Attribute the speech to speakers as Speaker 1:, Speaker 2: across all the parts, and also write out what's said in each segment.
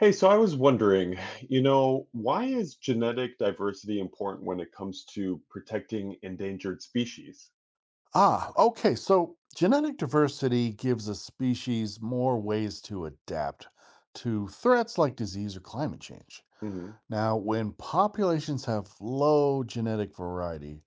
Speaker 1: Hey, so I was wondering, why is genetic diversity important when it comes to protecting endangered species?
Speaker 2: Ah, okay. So genetic diversity gives a species more ways to adapt to threats like disease or climate change.
Speaker 1: Hmm.
Speaker 2: Now, when populations have low genetic variety,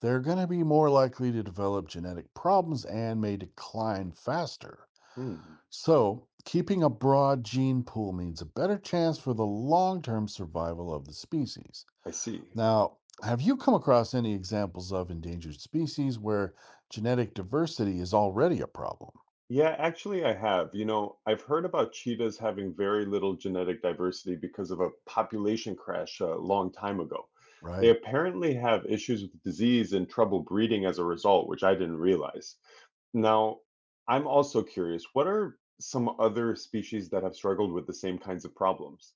Speaker 2: they're going to be more likely to develop genetic problems and may decline faster.
Speaker 1: I
Speaker 2: So, keeping a broad gene pool means a better chance for the long term survival of the species.
Speaker 1: see.
Speaker 2: Now, have you come across any examples of endangered species where genetic diversity is already a problem,
Speaker 1: Yeah, actually, I have. I've heard about cheetahs having very little genetic diversity because of a population crash a long time ago. They
Speaker 2: right?
Speaker 1: apparently have issues with disease and trouble breeding as a result, which I didn't realize. Now, I'm also curious, what are some other species that have struggled with the same kinds of problems?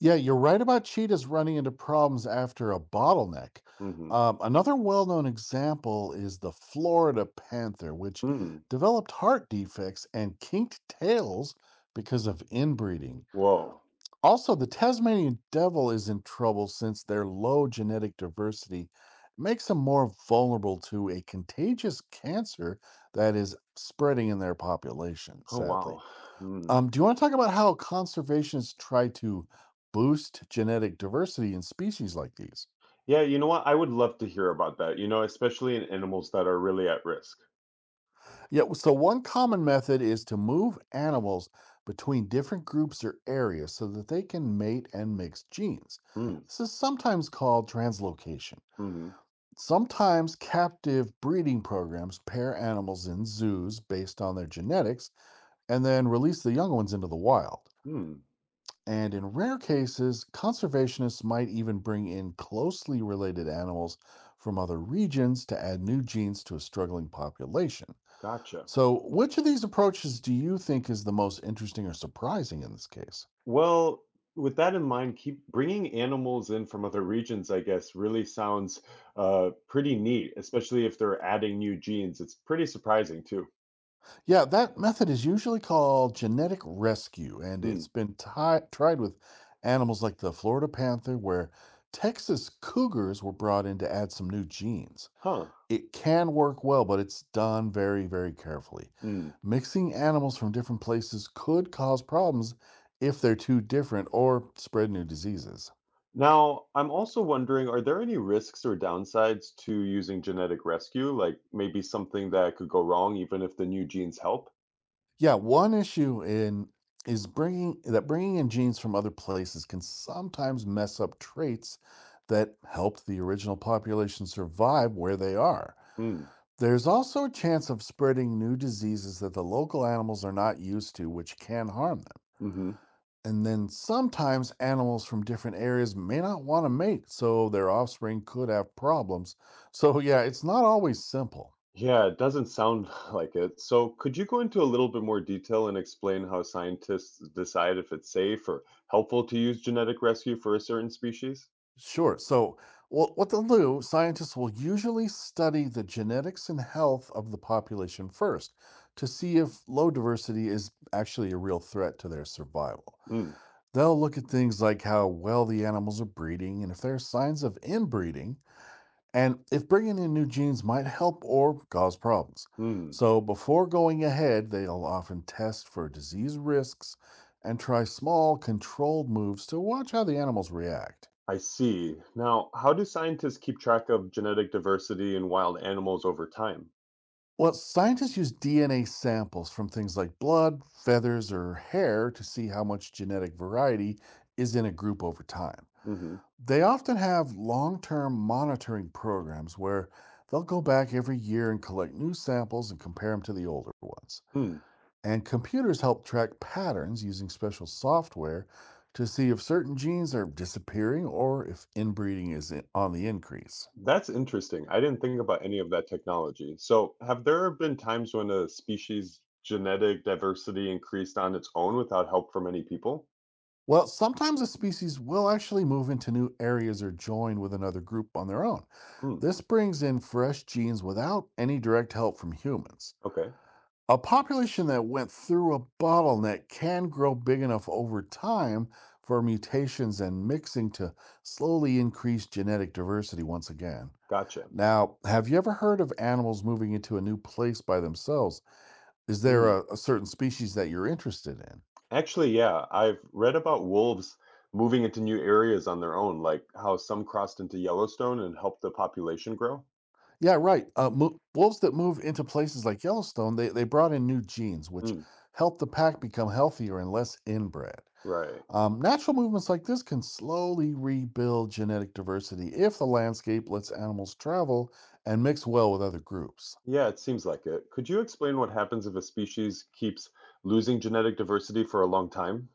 Speaker 2: Yeah, you're right about cheetahs running into problems after a bottleneck. Another well known example is the Florida panther, which
Speaker 1: Mm.
Speaker 2: developed heart defects and kinked tails because of inbreeding.
Speaker 1: Whoa.
Speaker 2: Also, the Tasmanian devil is in trouble since their low genetic diversity makes them more vulnerable to a contagious cancer that is spreading in their population,
Speaker 1: Oh
Speaker 2: sadly.
Speaker 1: wow. Mm.
Speaker 2: Do you want to talk about how conservationists try to boost genetic diversity in species like these?
Speaker 1: Yeah, you know what? I would love to hear about that. Especially in animals that are really at risk.
Speaker 2: Yeah, so one common method is to move animals between different groups or areas so that they can mate and mix genes.
Speaker 1: Mm.
Speaker 2: This is sometimes called translocation.
Speaker 1: Hmm.
Speaker 2: Sometimes captive breeding programs pair animals in zoos based on their genetics and then release the young ones into the wild.
Speaker 1: Hmm.
Speaker 2: And in rare cases, conservationists might even bring in closely related animals from other regions to add new genes to a struggling population.
Speaker 1: Gotcha.
Speaker 2: So, which of these approaches do you think is the most interesting or surprising in this case?
Speaker 1: Well, with that in mind, keep bringing animals in from other regions. I guess really sounds pretty neat, especially if they're adding new genes. It's pretty surprising too.
Speaker 2: Yeah, that method is usually called genetic rescue, and
Speaker 1: Mm.
Speaker 2: it's been ti tried with animals like the Florida panther, where Texas cougars were brought in to add some new genes.
Speaker 1: Huh.
Speaker 2: It can work well, but it's done very, very carefully.
Speaker 1: Mm.
Speaker 2: Mixing animals from different places could cause problems if they're too different or spread new diseases.
Speaker 1: Now, I'm also wondering, are there any risks or downsides to using genetic rescue? Like maybe something that could go wrong even if the new genes help?
Speaker 2: Yeah, one issue in is bringing that bringing in genes from other places can sometimes mess up traits that helped the original population survive where they are.
Speaker 1: Mm,
Speaker 2: There's also a chance of spreading new diseases that the local animals are not used to, which can harm them.
Speaker 1: hmm. Mm-hmm.
Speaker 2: And then sometimes animals from different areas may not want to mate, so their offspring could have problems. So, yeah, it's not always simple.
Speaker 1: Yeah, it doesn't sound like it. So could you go into a little bit more detail and explain how scientists decide if it's safe or helpful to use genetic rescue for a certain species?
Speaker 2: Sure. So, what they'll do, scientists will usually study the genetics and health of the population first to see if low diversity is actually a real threat to their survival.
Speaker 1: Mm,
Speaker 2: They'll look at things like how well the animals are breeding and if there are signs of inbreeding, and if bringing in new genes might help or cause problems.
Speaker 1: mm,
Speaker 2: So, before going ahead, they'll often test for disease risks and try small, controlled moves to watch how the animals react.
Speaker 1: I see. Now, how do scientists keep track of genetic diversity in wild animals over time?
Speaker 2: Well, scientists use DNA samples from things like blood, feathers, or hair to see how much genetic variety is in a group over time.
Speaker 1: Mm-hmm.
Speaker 2: They often have long term monitoring programs where they'll go back every year and collect new samples and compare them to the older ones.
Speaker 1: Hmm.
Speaker 2: And computers help track patterns using special software to see if certain genes are disappearing or if inbreeding is on the increase.
Speaker 1: That's interesting. I didn't think about any of that technology. So, have there been times when a species' genetic diversity increased on its own without help from many people?
Speaker 2: Well, sometimes a species will actually move into new areas or join with another group on their own.
Speaker 1: Mm,
Speaker 2: This brings in fresh genes without any direct help from humans.
Speaker 1: okay,
Speaker 2: A population that went through a bottleneck can grow big enough over time for mutations and mixing to slowly increase genetic diversity once again.
Speaker 1: gotcha.
Speaker 2: Now, have you ever heard of animals moving into a new place by themselves? Is there
Speaker 1: Mm.
Speaker 2: a certain species that you're interested in?
Speaker 1: Actually, yeah, I've read about wolves moving into new areas on their own, like how some crossed into Yellowstone and helped the population grow.
Speaker 2: Yeah, right. Wolves that move into places like Yellowstone, they brought in new genes, which
Speaker 1: Mm,
Speaker 2: helped the pack become healthier and less inbred.
Speaker 1: right.
Speaker 2: Natural movements like this can slowly rebuild genetic diversity if the landscape lets animals travel and mix well with other groups.
Speaker 1: Yeah, it seems like it. Could you explain what happens if a species keeps losing genetic diversity for a long time?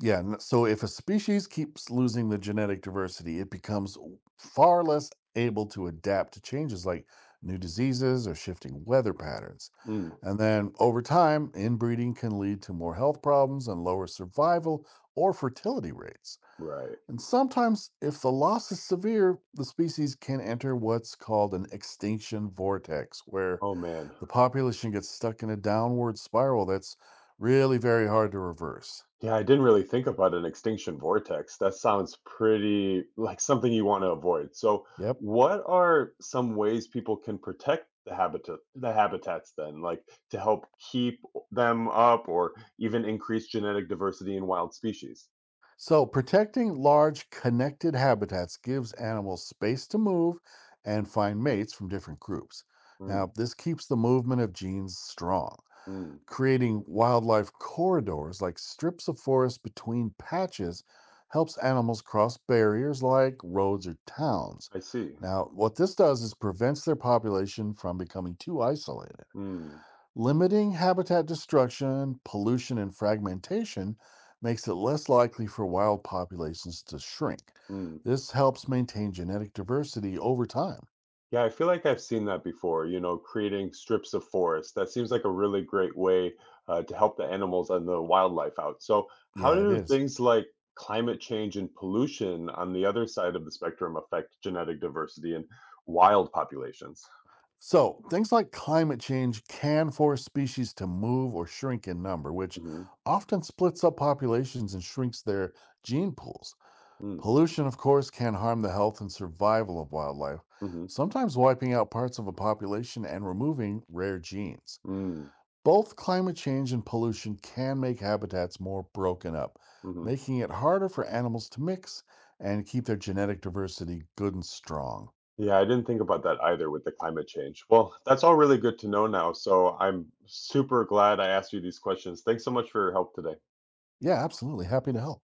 Speaker 2: So if a species keeps losing the genetic diversity, it becomes far less able to adapt to changes like new diseases or shifting weather patterns.
Speaker 1: Mm,
Speaker 2: And then over time, inbreeding can lead to more health problems and lower survival or fertility rates.
Speaker 1: right.
Speaker 2: And sometimes, if the loss is severe, the species can enter what's called an extinction vortex, where
Speaker 1: Oh man.
Speaker 2: the population gets stuck in a downward spiral that's really very hard to reverse.
Speaker 1: Yeah, I didn't really think about an extinction vortex. That sounds pretty like something you want to avoid. So,
Speaker 2: Yep.
Speaker 1: what are some ways people can protect the habitats then, like to help keep them up or even increase genetic diversity in wild species?
Speaker 2: So, protecting large connected habitats gives animals space to move and find mates from different groups.
Speaker 1: Mm,
Speaker 2: Now, this keeps the movement of genes strong.
Speaker 1: mm,
Speaker 2: Creating wildlife corridors, like strips of forest between patches, helps animals cross barriers like roads or towns.
Speaker 1: I see.
Speaker 2: Now, what this does is prevents their population from becoming too isolated.
Speaker 1: Mm,
Speaker 2: Limiting habitat destruction, pollution, and fragmentation makes it less likely for wild populations to shrink.
Speaker 1: mm.
Speaker 2: This helps maintain genetic diversity over time.
Speaker 1: Yeah, I feel like I've seen that before, creating strips of forest. That seems like a really great way to help the animals and the wildlife out. So, how
Speaker 2: Yeah, it
Speaker 1: do
Speaker 2: is.
Speaker 1: things like climate change and pollution on the other side of the spectrum affect genetic diversity and wild populations?
Speaker 2: So, things like climate change can force species to move or shrink in number, which
Speaker 1: Hmm.
Speaker 2: often splits up populations and shrinks their gene pools.
Speaker 1: Mm,
Speaker 2: Pollution, of course, can harm the health and survival of wildlife,
Speaker 1: hmm.
Speaker 2: sometimes wiping out parts of a population and removing rare genes.
Speaker 1: Mm,
Speaker 2: Both climate change and pollution can make habitats more broken up,
Speaker 1: hmm.
Speaker 2: making it harder for animals to mix and keep their genetic diversity good and strong.
Speaker 1: Yeah, I didn't think about that either with the climate change. Well, that's all really good to know now. So, I'm super glad I asked you these questions. Thanks so much for your help today.
Speaker 2: Yeah, absolutely. Happy to help.